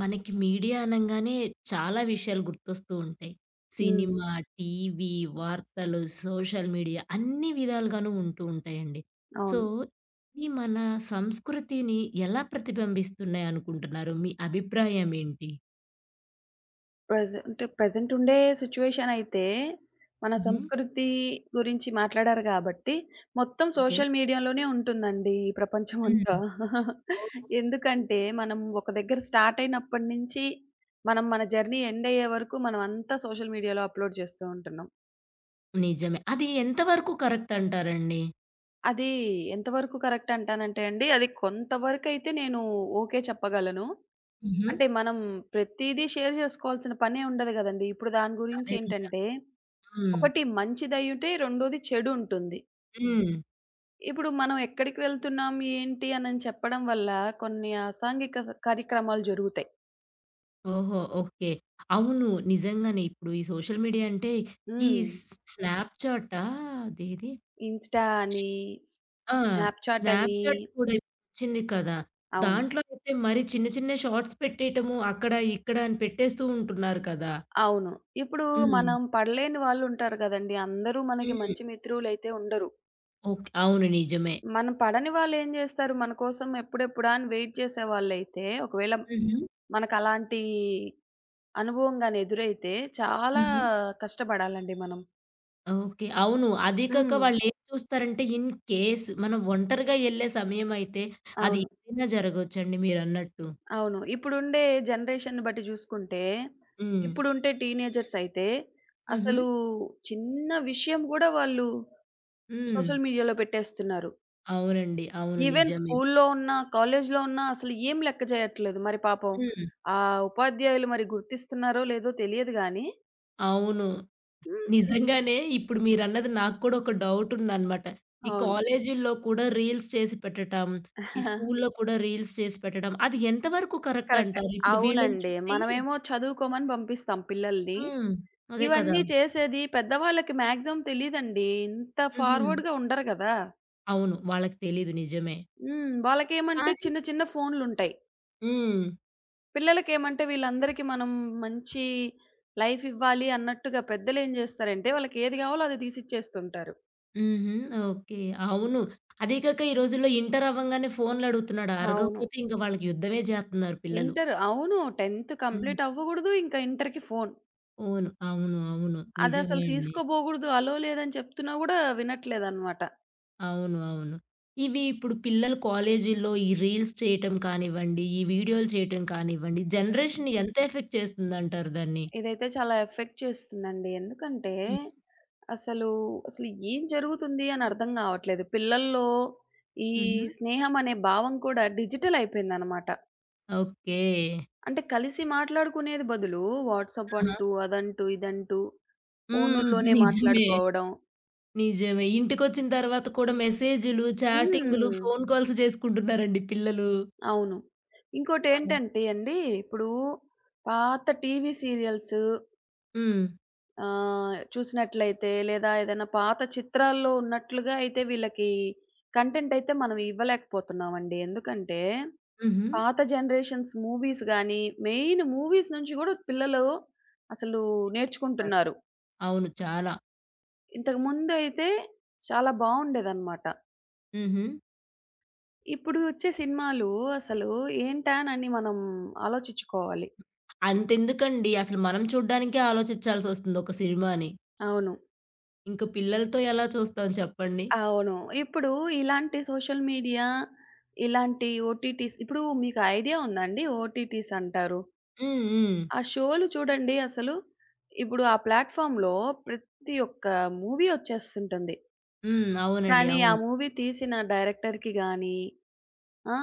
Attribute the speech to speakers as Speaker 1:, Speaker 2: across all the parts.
Speaker 1: మనకి మీడియా అనంగానే చాలా విషయాలు గుర్తొస్తూ ఉంటాయి.
Speaker 2: హ్మ్.
Speaker 1: సినిమా, టీవీ, వార్తలు, సోషల్ మీడియా అన్ని విధాలుగాను ఉంటూ ఉంటాయండి. సో,
Speaker 2: అవును.
Speaker 1: ఈ మన సంస్కృతిని ఎలా ప్రతిబింబిస్తున్నాయి అనుకుంటున్నారు? మీ అభిప్రాయం ఏంటి?
Speaker 2: ప్రెజెంట్ ఉండే సిట్యుయేషన్ అయితే, మన
Speaker 1: హుహు.
Speaker 2: సంస్కృతి గురించి మాట్లాడారు గాబట్టి, మొత్తం
Speaker 1: ఓకే.
Speaker 2: సోషల్ మీడియాలోనే ఉంటుందండి ఈ
Speaker 1: హ్మ్.
Speaker 2: ప్రపంచమంతా.
Speaker 1: ఓహో!
Speaker 2: ఎందుకంటే, మనం ఒక దగ్గర స్టార్ట్ అయినప్పటి నుంచి, మనం మన జర్నీ ఎండ్ అయ్యే వరకు మనం అంతా సోషల్ మీడియాలో అప్‌లోడ్ చేస్తూ ఉంటున్నాం.
Speaker 1: నిజమే. అది ఎంత వరకు కరెక్ట్ అంటారండి?
Speaker 2: అది ఎంతవరకు కరెక్ట్ అంటానంటే అండి, అది కొంతవరకైతే నేను ఓకే చెప్పగలను.
Speaker 1: హుహు.
Speaker 2: అంటే, మనం ప్రతీదీ షేర్ జేసుకోవాల్సిన పనే ఉండదు గదండీ! ఇప్పుడు దాని గురించి
Speaker 1: అదే కదా!
Speaker 2: ఏంటంటే
Speaker 1: హ్మ్.
Speaker 2: ఒకటి మంచిదయ్యుంటే, రెండోది చెడుంటుంది.
Speaker 1: హ్మ్.
Speaker 2: ఇప్పుడు మనం ఎక్కడికి వెళ్తున్నాం, ఏంటి అనని చెప్పడం వల్ల కొన్ని అసాంఘిక కార్యక్రమాలు జరుగుతాయి.
Speaker 1: ఓహో! ఓకే. అవును. నిజంగానే ఇప్పుడు ఈ సోషల్ మీడియా అంటే ఈ
Speaker 2: హ్మ్.
Speaker 1: స్ స్నాప్‌చాటా అదేది?
Speaker 2: ఇన్‌స్టా అని,
Speaker 1: ఆ!
Speaker 2: స్నాప్‌చాట్ అని
Speaker 1: స్నాప్‌చాట్ కూడా ఇప్పుడొచ్చింది కదా!
Speaker 2: అవును.
Speaker 1: దాంట్లో అయితే మరి చిన్న చిన్న షార్ట్స్ పెట్టేయటము అక్కడ, ఇక్కడ అని పెట్టేస్తూ ఉంటున్నారు కదా!
Speaker 2: అవును. ఇప్పుడు
Speaker 1: హ్మ్.
Speaker 2: మనం పడలేని వాళ్ళుంటారు గదండీ! అందరూ మనకి
Speaker 1: హ్మ్.
Speaker 2: మంచి మిత్రులైతే ఉండరు.
Speaker 1: ఓకే. అవును. నిజమే.
Speaker 2: మనం పడని వాళ్ళేం జేస్తారు, మన కోసం ఎప్పుడెప్పుడా అని వెయిట్ చేసేవాళ్ళైతే, ఒకవేళ
Speaker 1: హుహు.
Speaker 2: మనకలాంటి అనుభవం గాని ఎదురైతే చాలా
Speaker 1: హుహు.
Speaker 2: కష్టపడాలండి మనం.
Speaker 1: ఓకే. అవును. అదీ కాక
Speaker 2: హ్మ్.
Speaker 1: వాళ్ళేం చూస్తారంటే ఇన్ కేస్ మనం ఒంటరిగా ఎళ్ళే సమయమయితే అది
Speaker 2: అవును.
Speaker 1: ఏదైనా జరగొచ్చండి మీరన్నట్టు.
Speaker 2: అవును. ఇప్పుడుండే జనరేషన్‌ని బట్టి జూసుకుంటే,
Speaker 1: హ్మ్.
Speaker 2: ఇప్పుడుండే టీనేజర్స్ అయితే,
Speaker 1: హుహు.
Speaker 2: అసలు చిన్న విషయం గూడా వాళ్ళు
Speaker 1: హ్మ్.
Speaker 2: సోషల్ మీడియాలో పెట్టేస్తున్నారు.
Speaker 1: అవునండి. అవును.
Speaker 2: ఈవెన్
Speaker 1: నిజమే.
Speaker 2: స్కూల్లో ఉన్నా, కాలేజీలో ఉన్నా అసలు ఏం లెక్క చేయట్లేదు. మరి పాపం
Speaker 1: హ్మ్.
Speaker 2: ఆ ఉపాధ్యాయులు మరి గుర్తిస్తున్నారో లేదో తెలియదు గానీ
Speaker 1: అవును.
Speaker 2: హ్మ్. హ్మ్.
Speaker 1: నిజంగానే ఇప్పుడు మీరన్నది నాకు కూడా ఒక డౌట్ ఉందన్నమాట. ఈ
Speaker 2: అవును.
Speaker 1: కాలేజీల్లో కూడా రీల్స్ చేసి పెట్టటం, ఈ స్కూల్లో కూడా రీల్స్ చేసి పెట్టడం అది ఎంతవరకు కరెక్ట్
Speaker 2: కరెక్టే.
Speaker 1: అంటారు? ఇప్పుడు వీళ్ళని
Speaker 2: అవునండి.
Speaker 1: చూసి
Speaker 2: మనమేమో చదువుకోమని పంపిస్తాం పిల్లల్ని.
Speaker 1: హ్మ్. అదే కదా!
Speaker 2: ఇవన్నీ చేసేది పెద్దవాళ్ళకి మాక్సిమం తెలీదండి. ఇంత
Speaker 1: హుహు.
Speaker 2: ఫార్వర్డ్‌గా ఉండరు గదా!
Speaker 1: అవును. వాళ్ళకి తెలీదు నిజమే.
Speaker 2: హ్మ్. వాళ్ళకేమంటే
Speaker 1: కానీ
Speaker 2: చిన్న చిన్న ఫోన్‌లుంటాయి.
Speaker 1: హ్మ్.
Speaker 2: పిల్లలకేమంటే వీళ్ళందరికీ మనం మంచి లైఫ్ ఇవ్వాలి అన్నట్టుగా పెద్దలేం జేస్తారంటే వాళ్ళకి ఏది గావాలో అది తీసిచ్చేస్తుంటారు.
Speaker 1: హుహు. ఓకే. అవును. అదీ కాక ఈ రోజుల్లో ఇంటర్ అవ్వంగానే ఫోన్‌లు అడుగుతున్నాడు.
Speaker 2: అవును.
Speaker 1: అడగకపోతే ఇంక వాళ్ళకి యుద్ధమే జేత్తన్నారు పిల్లలు.
Speaker 2: ఇంటర్ అవును. 10థ్
Speaker 1: హ్మ్.
Speaker 2: కంప్లీట్ అవ్వగూడదు. ఇంకా ఇంటర్‌కి ఫోన్.
Speaker 1: ఓను. అవును. అవును. నిజమే
Speaker 2: అదసలు
Speaker 1: అండి.
Speaker 2: తీసుకోబోగూడదు. అలో లేదని చెప్తున్నా గూడా వినట్లేదనమాట.
Speaker 1: అవును. అవును. ఇవి ఇప్పుడు పిల్లలు కాలేజీల్లో ఈ రీల్స్ చేయటం కానివ్వండి, ఈ వీడియోలు చేయటం కానివ్వండి, జనరేషన్‌ని ఎంత ఎఫెక్ట్ చేస్తుందంటారు దాన్ని?
Speaker 2: ఇదైతే చాలా ఎఫెక్ట్ చేస్తుందండి. ఎందుకంటే
Speaker 1: హ్మ్.
Speaker 2: అసలు, అసలు ఏం జరుగుతుంది అని అర్థం గావట్లేదు. పిల్లల్లో ఈ
Speaker 1: హుహు.
Speaker 2: స్నేహం అనే భావం కూడా డిజిటల్ అయిపోయిందనమాట.
Speaker 1: ఓకే.
Speaker 2: అంటే కలిసి మాట్లాడుకునేది బదులు వాట్సాప్
Speaker 1: ఆహా!
Speaker 2: అంటూ, అదంటూ, ఇదంటూ
Speaker 1: హ్మ్.
Speaker 2: ఫోనుల్లోనే
Speaker 1: నిజమే.
Speaker 2: మాట్లాడుకోవడం.
Speaker 1: నిజమే. ఇంటికొచ్చిన తర్వాత కూడా మెసేజులు, చాటింగులు,
Speaker 2: హ్మ్.
Speaker 1: ఫోను కాల్స్ చేసుకుంటున్నారండి పిల్లలు.
Speaker 2: అవును.
Speaker 1: ఆ!
Speaker 2: ఇంకోటేంటంటే అండి, ఇప్పుడు పాత టీవీ సీరియల్స్
Speaker 1: హ్మ్.
Speaker 2: చూసినట్లయితే లేదా ఏదైనా పాత చిత్రాల్లో ఉన్నట్లుగా అయితే వీళ్ళకి కంటెంట్ అయితే మనం ఇవ్వలేకపోతున్నామండి. ఎందుకంటే
Speaker 1: హుహు.
Speaker 2: పాత జనరేషన్స్ మూవీస్ గాని, మెయిన్ మూవీస్ నుంచి గూడా పిల్లలు అసలు
Speaker 1: తారు.
Speaker 2: నేర్చుకుంటున్నారు.
Speaker 1: అవును. చాలా.
Speaker 2: ఇంతకుముందయితే చాలా బావుండేదనమాట.
Speaker 1: హుహు.
Speaker 2: ఇప్పుడు వచ్చే సినిమాలు అసలు ఏంటా అని మనం ఆలోచిచ్చుకోవాలి.
Speaker 1: అంతెందుకండి అసలు మనం చూడ్డానికే ఆలోచించాల్సొస్తుంది ఒక సినిమాని.
Speaker 2: అవును.
Speaker 1: ఇంక పిల్లలతో ఎలా చూస్తాం చెప్పండి?
Speaker 2: అవును. ఇప్పుడు ఇలాంటి సోషల్ మీడియా, ఇలాంటి ఓటీటీస్ ఇప్పుడు మీకు ఐడియా ఉందా అండి? ఓటీటీస్ అంటారు.
Speaker 1: హ్మ్. హ్మ్.
Speaker 2: ఆ షోలు చూడండి అసలు ఇప్పుడు ఆ ప్లాట్‌ఫామ్‌లో ప్రతి ఒక్క మూవీ వచ్చేస్తుంటుంది.
Speaker 1: హ్మ్. అవునండి.
Speaker 2: కానీ ఆ
Speaker 1: అవును.
Speaker 2: మూవీ తీసిన డైరెక్టర్‌కి గానీ, ఆ!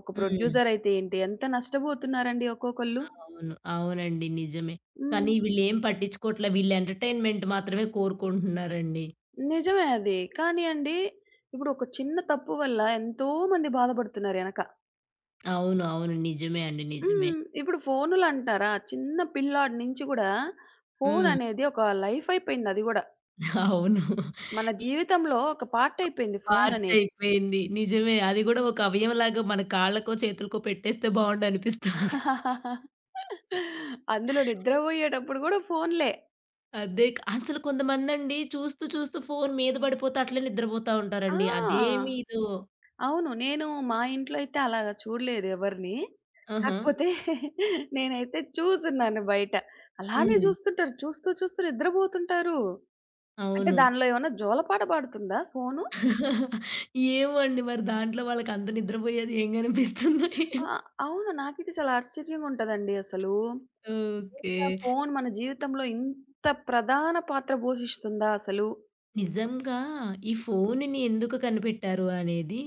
Speaker 2: ఒక
Speaker 1: హ్మ్.
Speaker 2: ప్రొడ్యూసర్ అయితే ఏంటి ఎంత నష్టపోతున్నారండి ఒక్కొక్కళ్ళు.
Speaker 1: అవును. అవునండి. నిజమే.
Speaker 2: హ్మ్.
Speaker 1: కానీ వీళ్ళేం పట్టించుకోవట్లే. వీళ్ళు ఎంటర్‌టైన్‌మెంట్ మాత్రమే కోరుకుంటున్నారండి.
Speaker 2: నిజమే అది. కానీ అండి, ఇప్పుడు ఒక చిన్న తప్పు వల్ల ఎంతో మంది బాధపడుతున్నారు ఎనక.
Speaker 1: అవును. అవును. నిజమే అండి. నిజమే.
Speaker 2: హ్మ్. ఇప్పుడు ఫోనులంటారా, చిన్న పిల్లాడి నుంచి గూడా
Speaker 1: హ్మ్.
Speaker 2: ఫోననేది ఒక లైఫ్ అయిపోయింది అది గూడా.
Speaker 1: అవును.
Speaker 2: మన
Speaker 1: ఈ
Speaker 2: జీవితంలో ఒక పార్ట్ అయిపోయింది
Speaker 1: పార్ట్
Speaker 2: ఫోననేది.
Speaker 1: అయిపోయింది. నిజమే. అది గూడా ఒక అవయవంలాగా మన కాళ్ళకో, చేతులకో పెట్టేస్తే బావుండనిపిస్తుంది. అ
Speaker 2: అందులో నిద్రబోయేటప్పుడు గూడా ఫోనులే.
Speaker 1: అదే క అసలు కొంతమందండి చూస్తూ చూస్తూ ఫోను మీద పడిపోతే అట్లే నిద్రపోతా
Speaker 2: ఆ!
Speaker 1: ఉంటారండి. అదేమి ఇదో
Speaker 2: అవును. నేను మా ఇంట్లో అయితే అలాగా చూడలేదు ఎవరిని.
Speaker 1: ఆహా!
Speaker 2: కాకపోతే నేనైతే చూసున్నాను బయట. అలానే
Speaker 1: హ్మ్.
Speaker 2: చూస్తుంటారు. చూస్తూ, చూస్తూ నిద్రపోతుంటారు. అంటే
Speaker 1: అవును.
Speaker 2: దానిలో ఏమన్నా జోలపాట పాడుతుందా ఫోను?
Speaker 1: ఏమో అండి మరి దాంట్లో వాళ్ళకంత నిద్రపోయేది ఏం కనిపిస్తుందో ఏమో.
Speaker 2: ఆ! అవును. నాకైతే చాలా ఆశ్చర్యంగుంటదండి అసలు.
Speaker 1: ఓకే.
Speaker 2: ఏంటా ఫోను మన జీవితంలో ఇంత ప్రధాన పాత్ర పోషిస్తుందా అసలు?
Speaker 1: నిజంగా ఈ ఫోనుని ఎందుకు కనిపెట్టారు అనేది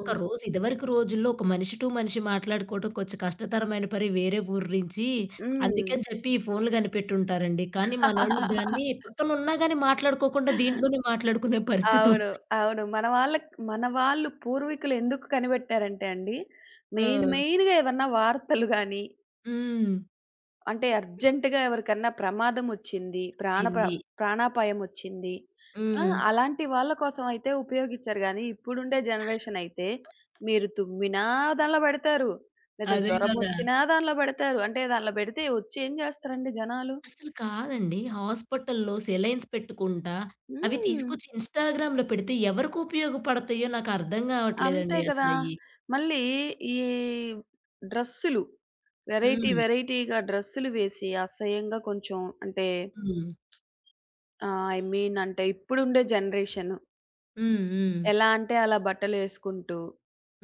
Speaker 1: ఒక రోజు ఇదివరకు రోజుల్లో ఒక మనిషి టు మనిషి మాట్లాడుకోవడం కొంచెం కష్టతరమైన పని వేరే ఊరు నుంచి
Speaker 2: హ్మ్.
Speaker 1: అందుకని చెప్పి ఈ ఫోన్లు కనిపెట్టుంటారండి. కానీ మనోళ్ళు దాన్ని పక్కనున్నా గాని మాట్లాడుకోకుండా దీంట్లోనే మాట్లాడుకునే
Speaker 2: అవును.
Speaker 1: పరిస్థితొస్తుంది.
Speaker 2: అవును. మన వాళ్ళకి మన వాళ్ళు పూర్వీకులు ఎందుకు కనిపెట్టారంటే అండి, మెయిన్
Speaker 1: ఆ!
Speaker 2: మెయిన్‌గా ఏవన్నా వార్తలు గాని,
Speaker 1: హ్మ్.
Speaker 2: అంటే అర్జెంట్‌గా ఎవరికన్నా ప్రమాదమొచ్చింది,
Speaker 1: వచ్చింది.
Speaker 2: ప్రాణాపాయమొచ్చింది. ఆ!
Speaker 1: హ్మ్.
Speaker 2: అలాంటి వాళ్ళ కోసం అయితే ఉపయోగిచ్చారు గానీ, ఇప్పుడుండే జనరేషన్ అయితే మీరు తుమ్మినా దానిలో బెడతారు. లేదా
Speaker 1: అదే కదా!
Speaker 2: జ్వరమొచ్చినా దానిలో బెడతారు. అంటే దానిలో బెడితే వచ్చి ఏం జేస్తారండి జనాలు?
Speaker 1: అసలు కాదండి. హాస్పిటల్‌లో సెలైన్స్ పెట్టుకుంటా, అవి
Speaker 2: హ్మ్.
Speaker 1: తీసుకొచ్చి ఇన్‌స్టాగ్రామ్‌లో పెడితే ఎవరికి ఉపయోగపడతాయో నాకర్థం
Speaker 2: అంతే
Speaker 1: గావట్లేదండి
Speaker 2: కదా!
Speaker 1: అసలయి.
Speaker 2: మళ్ళీ ఈ డ్రెస్సులు వెరైటీ
Speaker 1: హ్మ్.
Speaker 2: వెరైటీగా డ్రెస్సులు వేసి అసహ్యంగా కొంచెం అంటే
Speaker 1: హ్మ్.
Speaker 2: ఐ మీన్ అంటే ఇప్పుడుండే జనరేషన్
Speaker 1: హ్మ్. హ్మ్.
Speaker 2: ఎలా అంటే అలా బట్టలేసుకుంటూ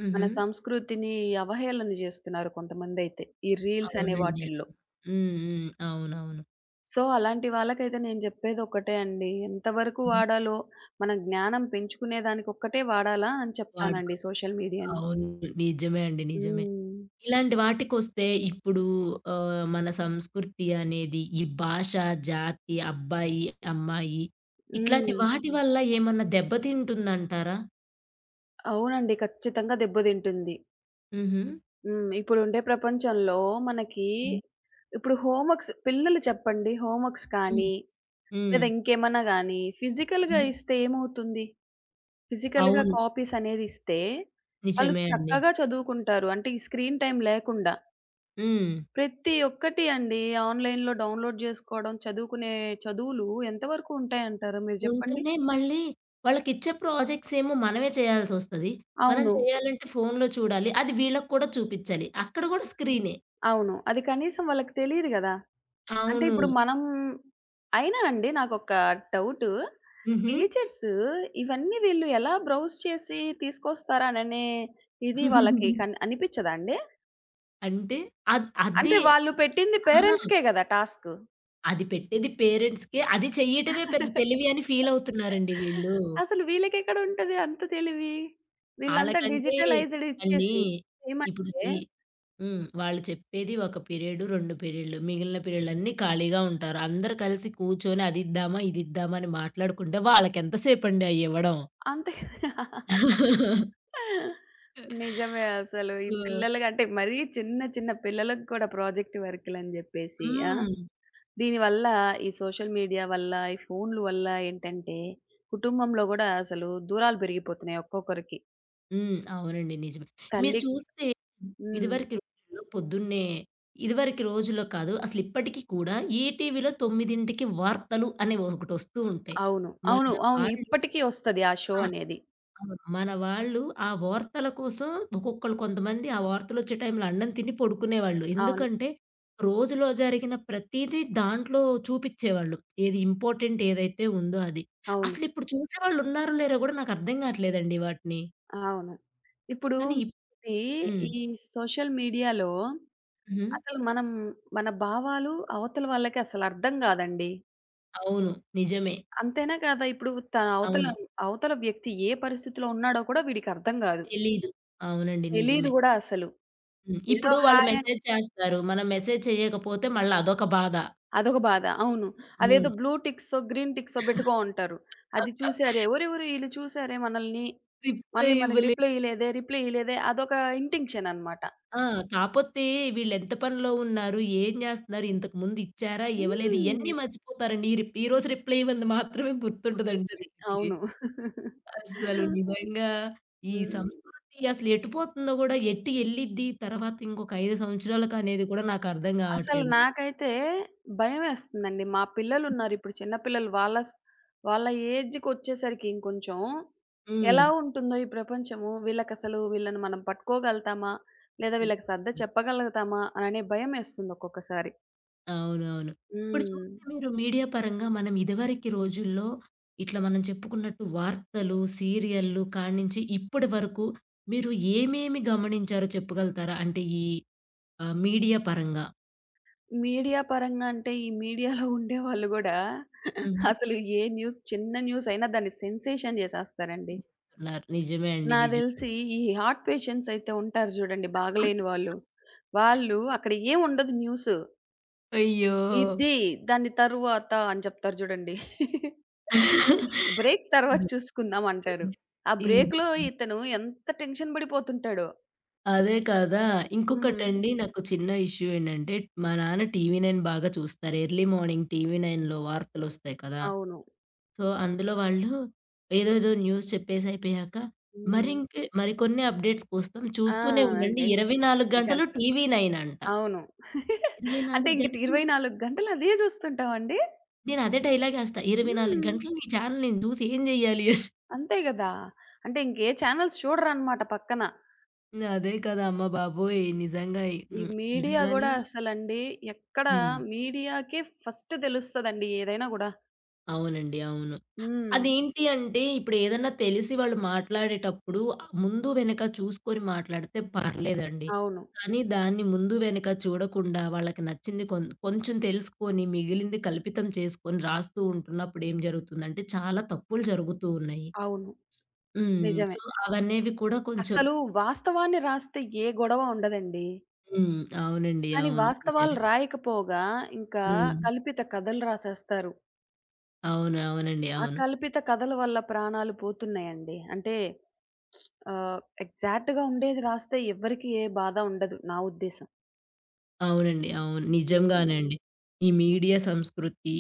Speaker 1: హుహు.
Speaker 2: మన సంస్కృతిని అవహేళన జేస్తున్నారు కొంతమందైతే. ఈ రీల్స్ అనే
Speaker 1: అవునండి.
Speaker 2: వాటిల్లో.
Speaker 1: హ్మ్. హ్మ్. అవునవును.
Speaker 2: సో, అలాంటి వాళ్ళకైతే నేను జెప్పేదొక్కటే అండి. ఎంతవరకు
Speaker 1: హ్మ్.
Speaker 2: వాడాలో మన జ్ఞానం పెంచుకునే దానికొక్కటే వాడాలా అని
Speaker 1: వాడుకో
Speaker 2: చెప్తానండి సోషల్ మీడియాని.
Speaker 1: అవును. నిజమే అండి. నిజమే.
Speaker 2: హ్మ్.
Speaker 1: ఇలాంటి వాటికొస్తే ఇప్పుడు ఆహ్, మన సంస్కృతి అనేది ఈ భాష, జాతి, అబ్బాయి, అమ్మాయి ఇట్లాంటి
Speaker 2: హ్మ్.
Speaker 1: వాటి వల్ల ఏమన్నా దెబ్బతింటుందంటారా?
Speaker 2: అవునండి. ఖచ్చితంగా దెబ్బతింటుంది.
Speaker 1: హుహు.
Speaker 2: హ్మ్. ఇప్పుడుండే ప్రపంచంలో మనకి
Speaker 1: హ్మ్.
Speaker 2: ఇప్పుడు హోంవర్క్స్ పిల్లలు చెప్పండి హోంవర్క్స్ కానీ,
Speaker 1: హ్మ్.
Speaker 2: లేదా ఇంకేమన్నా గానీ, ఫిజికల్‌గా
Speaker 1: హుహు.
Speaker 2: ఇస్తే ఏమవుతుంది? ఫిజికల్‌గా
Speaker 1: అవును.
Speaker 2: కాపీస్ అనేది ఇస్తే, వాళ్ళు
Speaker 1: నిజమే అండి.
Speaker 2: చక్కగా చదువుకుంటారు. అంటే ఈ స్క్రీన్ టైమ్ లేకుండా.
Speaker 1: హ్మ్.
Speaker 2: ప్రతి ఒక్కటి అండి ఆన్‌లైన్‌లో డౌన్‌లోడ్ జేసుకోవడం, చదువుకునే చదువులు ఎంతవరకు ఉంటాయంటారు మీరు జెప్పండి?
Speaker 1: ఉంటేనే మళ్ళీ వాళ్ళకిచ్చే ప్రాజెక్ట్స్ ఏమో మనమే చేయాల్సొస్తది. మనం
Speaker 2: అవును.
Speaker 1: చేయాలంటే ఫోన్‌లో చూడాలి. అది వీళ్ళకి కూడా చూపిచ్చాలి. అక్కడ కూడా స్క్రీనే.
Speaker 2: అవును. అది కనీసం వాళ్ళకి తెలీదు గదా! అంటే
Speaker 1: అవును.
Speaker 2: ఇప్పుడు మనం అయినా అండి నాకొక డౌటు.
Speaker 1: హుహు.
Speaker 2: టీచర్స్ ఇవన్నీ వీళ్ళు ఎలా బ్రౌజ్ చేసి తీసుకొస్తారననే ఇది వాళ్ళకి కన్ అనిపిచ్చదా అండి?
Speaker 1: అంటే అది
Speaker 2: అంటే వాళ్ళు పెట్టింది
Speaker 1: అహా!
Speaker 2: పేరెంట్స్‌కే గదా టాస్క్.
Speaker 1: అది పెట్టేది పేరెంట్స్‌కే. అది చెయ్యటమే పెద్ద తెలివి అని ఫీలవుతున్నారండి వీళ్ళు.
Speaker 2: అసలు వీళ్ళకెక్కడ ఉంటది అంత తెలివి? వీళ్ళంతా
Speaker 1: ఆళ్ళకంటే
Speaker 2: డిజిటలైజ్డ్
Speaker 1: అండి
Speaker 2: ఇచ్చేసి
Speaker 1: ఇప్పుడు
Speaker 2: చేయమంటే
Speaker 1: సి హ్మ్. వాళ్ళు చెప్పేది ఒక పీరియడ్, 2 పీరియడ్‌లు. మిగిలిన పీరియడ్‌లన్నీ ఖాళీగా ఉంటారు. అందరూ కలిసి కూర్చొని అది ఇద్దామా, ఇది ఇద్దామా అని మాట్లాడుకుంటే వాళ్ళకెంత సేపండి అయ్యివ్వడం.
Speaker 2: అంతే నిజమే అసలు. ఈ
Speaker 1: సో
Speaker 2: పిల్లలకి అంటే మరీ చిన్న చిన్న పిల్లలకి కూడా ప్రాజెక్ట్ వర్కులని జెప్పేసి ఆ!
Speaker 1: హ్మ్.
Speaker 2: దీనివల్ల ఈ సోషల్ మీడియా వల్ల, ఈ ఫోన్‌ల వల్ల ఏంటంటే కుటుంబంలో గూడా అసలు దూరాలు పెరిగిపోతున్నాయి ఒక్కొక్కరికి.
Speaker 1: హ్మ్. అవునండి. నిజమే. మీరు
Speaker 2: తల్లి
Speaker 1: చూస్తే
Speaker 2: హ్మ్.
Speaker 1: ఇదివరకి రోజుల్లో పొద్దున్నే ఇదివరకి రోజుల్లో కాదు అసలు ఇప్పటికి కూడా ఈటీవీలో 9కి వార్తలు అనే ఒకటొస్తూ ఉంటాయి.
Speaker 2: అవును.
Speaker 1: మన
Speaker 2: అవును. అవును.
Speaker 1: వాళ్ళు
Speaker 2: ఇప్పటికి ఒస్తది ఆ షో
Speaker 1: ఆ!
Speaker 2: అనేది.
Speaker 1: అవును. మన వాళ్ళు ఆ వార్తల కోసం ఒక్కొక్కళ్ళు కొంతమంది ఆ వార్తలొచ్చే టైంలో అన్నం తిని పడుకునేవాళ్ళు.
Speaker 2: అవును.
Speaker 1: ఎందుకంటే, రోజులో జరిగిన ప్రతీదీ దాంట్లో చూపిచ్చేవాళ్ళు. ఏది ఇంపార్టెంట్ ఏదైతే ఉందో అది.
Speaker 2: అవును.
Speaker 1: అసలిప్పుడు చూసేవాళ్ళున్నారో లేరో గూడా నాకర్థం గాట్లేదండి వాటిని.
Speaker 2: అవును. ఇప్పుడు
Speaker 1: కానీ ఇప్
Speaker 2: ఈ
Speaker 1: హ్మ్.
Speaker 2: ఈ సోషల్ మీడియాలో
Speaker 1: హుహు.
Speaker 2: అసలు మనం మన భావాలు అవతల వాళ్ళకి అసలు అర్థం కాదండి.
Speaker 1: అవును. నిజమే.
Speaker 2: అంతేనా కాదా? ఇప్పుడు తన అవతల
Speaker 1: అవును.
Speaker 2: అవతల వ్యక్తి ఏ పరిస్థితిలో ఉన్నాడో కూడా వీడికి అర్థం కాదు.
Speaker 1: తెలీదు. అవునండి.
Speaker 2: తెలీదు
Speaker 1: నిజమే.
Speaker 2: కూడా అసలు.
Speaker 1: హ్మ్.
Speaker 2: ఏదో
Speaker 1: ఇప్పుడు వాళ్ళు
Speaker 2: హాయ్ అని
Speaker 1: మెసేజ్ చేస్తారు. మనం మెసేజ్ చేయకపోతే మళ్ళా అదొక బాధ.
Speaker 2: అదొక బాధ. అవును. అదేదో
Speaker 1: అవును.
Speaker 2: బ్లూ టిక్సో, గ్రీన్ టిక్సో పెట్టుకో ఉంటారు. అది చూసారే, ఒరేయ్! ఒరేయ్! ఈళ్ళు చూసారే మనల్ని.
Speaker 1: రిప్లై
Speaker 2: మళ్ళీ మనకి
Speaker 1: ఇవ్వలే
Speaker 2: రిప్లై ఇయలేదే, రిప్లై ఇయలేదే అదొక ఇంటింక్షన్ అన్నమాట.
Speaker 1: ఆ! కాపోతే వీళ్ళెంత పనిలో ఉన్నారు? ఏం జేస్తున్నారు? ఇంతకుముందు ఇచ్చారా? ఇవ్వలేదు?
Speaker 2: హ్మ్.
Speaker 1: ఇయన్నీ మర్చిపోతారండి. ఈ రిప్ ఈరోజు రిప్లై ఇవ్వంది మాత్రమే గుర్తుంటదండి
Speaker 2: గుర్తుంటది.
Speaker 1: వీళ్ళకి.
Speaker 2: అవును.
Speaker 1: అస్సలు నిజంగా ఈ
Speaker 2: హ్మ్.
Speaker 1: సంస్కృతి అసలు ఎటుపోతుందో గూడా, ఎటు ఎళ్ళిద్ది తర్వాత ఇంకొక 5 సంవత్సరాలకనేది కూడా నాకర్థం
Speaker 2: అసలు
Speaker 1: గావట్లేదు.
Speaker 2: నాకైతే భయమేస్తుందండి. మా పిల్లలున్నారు ఇప్పుడు చిన్న పిల్లలు. వాళ్ళ ఏజ్‌కొచ్చేసరికి ఇంకొంచెం
Speaker 1: హ్మ్.
Speaker 2: ఎలా ఉంటుందో ఈ ప్రపంచము, వీళ్ళకసలు వీళ్ళని మనం పట్టుకోగలుగుతామా? లేదా వీళ్ళకి సర్ద
Speaker 1: హ్మ్.
Speaker 2: చెప్పగలుగుతామా? అననే భయమేస్తుంది ఒక్కొక్కసారి.
Speaker 1: అవునవును. ఇప్పుడు
Speaker 2: హ్మ్.
Speaker 1: చూస్తే మీరు మీడియా పరంగా మనం ఇదివరకి రోజుల్లో ఇట్లా మనం చెప్పుకున్నట్టు వార్తలు, సీరియల్లు కాడ్నించి ఇప్పటి వరకు మీరు ఏమేమి గమనించారో చెప్పగలుగుతారా? అంటే ఈ ఆహ్, మీడియా పరంగా?
Speaker 2: మీడియా పరంగా అంటే ఈ మీడియాలో ఉండేవాళ్ళు గూడా
Speaker 1: హ్మ్.
Speaker 2: అసలు ఏ న్యూస్ చిన్న న్యూసయినా దాన్ని సెన్సేషన్ జేసేస్తారండి.
Speaker 1: తినేస్తున్నారు. నిజమే అండి.
Speaker 2: నాకు
Speaker 1: నిజం.
Speaker 2: తెలిసి ఈ హార్ట్ పేషెంట్స్ అయితే ఉంటారు చూడండి బాగలేని వాళ్ళు. వాళ్ళు అక్కడ ఏముండదు న్యూసు.
Speaker 1: అయ్యో!
Speaker 2: ఇది దాని తరువాత అని చెప్తారు చూడండి. బ్రేక్ తర్వాత చూసుకుందాం అంటారు. ఆ
Speaker 1: ఇది
Speaker 2: బ్రేక్‌లో ఇతను ఎంత టెన్షన్ పడిపోతుంటాడో.
Speaker 1: అదే కదా!
Speaker 2: హ్మ్.
Speaker 1: ఇంకొకటండి నాకు చిన్న ఇష్యూ ఏంటంటే మా నాన్న టీవీ నైన్ బాగా చూస్తారు. ఎర్లీ మార్నింగ్ టీవీ నైన్‌లో వార్తలొస్తాయి కదా!
Speaker 2: అవును.
Speaker 1: అందులో వాళ్ళు ఏదేదో న్యూస్ చెప్పేసి అయిపోయాక
Speaker 2: హ్మ్.
Speaker 1: మరింకే మరికొన్ని అప్‌డేట్స్ కోసం
Speaker 2: ఆ!
Speaker 1: చూస్తూనే ఉండండి.
Speaker 2: అదే
Speaker 1: 24 గంటలు
Speaker 2: గంటలు.
Speaker 1: టీవీ నైన్ అంట.
Speaker 2: అవును. అంటే
Speaker 1: 24
Speaker 2: ఇంకటి
Speaker 1: గంటలు నే
Speaker 2: 24 గంటలు అదే చూస్తుంటావండి?
Speaker 1: నేనదే డైలాగేస్తా. 24
Speaker 2: హ్మ్.
Speaker 1: గంటలు నీ ఛానల్ నేను చూసి ఏం జేయాలి
Speaker 2: అంతే గదా! అంటే ఇంకే ఛానెల్స్ చూడరనమాట పక్కన.
Speaker 1: అని. అదే కదా! అమ్మ బాబోయ్! నిజంగా.
Speaker 2: ఈ
Speaker 1: హ్మ్.
Speaker 2: మీడియా
Speaker 1: నిజంగానే
Speaker 2: గూడా అసలండి ఎక్కడ
Speaker 1: హ్మ్.
Speaker 2: మీడియాకే ఫస్ట్ తెలుస్తదండి ఏదైనా గూడా.
Speaker 1: అవునండి. అవును.
Speaker 2: హ్మ్.
Speaker 1: అదేంటి అంటే, ఇప్పుడేదన్నా తెలిసి వాళ్ళు మాట్లాడేటప్పుడు ముందు వెనక చూసుకొని మాట్లాడితే పర్లేదండి.
Speaker 2: అవును.
Speaker 1: కానీ దాన్ని ముందు వెనక చూడకుండా వాళ్ళకి నచ్చింది కొంచెం తెలుసుకొని, మిగిలింది కల్పితం చేసుకొని రాస్తూ ఉంటున్నప్పుడు ఏం జరుగుతుందంటే, చాలా తప్పులు జరుగుతూ ఉన్నాయి.
Speaker 2: అవును.
Speaker 1: హ్మ్.
Speaker 2: నిజమే.
Speaker 1: అవనేవి కూడా కొంచెం
Speaker 2: అసలు వాస్తవాన్ని రాస్తే ఏ గొడవ ఉండదండి.
Speaker 1: హ్మ్. అవునండి.
Speaker 2: కానీ
Speaker 1: అవును.
Speaker 2: వాస్తవాలు
Speaker 1: నిజమే.
Speaker 2: రాయకపోగా ఇంకా
Speaker 1: హ్మ్.
Speaker 2: కల్పిత కథలు రాసేస్తారు.
Speaker 1: అవును. అవునండి.
Speaker 2: ఆ
Speaker 1: అవును.
Speaker 2: కల్పిత కథల వల్ల ప్రాణాలు పోతున్నాయండి. అంటే ఎగ్జాక్ట్‌గా ఉండేది రాస్తే ఎవ్వరికీ ఏ బాధ ఉండదు నా ఉద్దేశం.
Speaker 1: అవునండి. అవును.
Speaker 2: హ్మ్.
Speaker 1: నిజంగానే అండి. ఈ మీడియా సంస్కృతి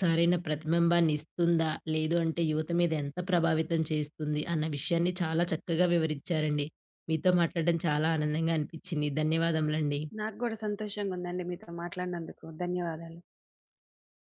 Speaker 1: సరైన ప్రతిబింబాన్ని ఇస్తుందా? లేదు అంటే యువత మీద ఎంత ప్రభావితం చేస్తుంది? అన్న విషయాన్ని చాలా చక్కగా వివరించారండి. మీతో మాట్లాడడం చాలా ఆనందంగా అనిపించింది. ధన్యవాదములండి.
Speaker 2: నాకు గూడా సంతోషంగా ఉందండి మీతో మాట్లాడినందుకు. ధన్యవాదాలు.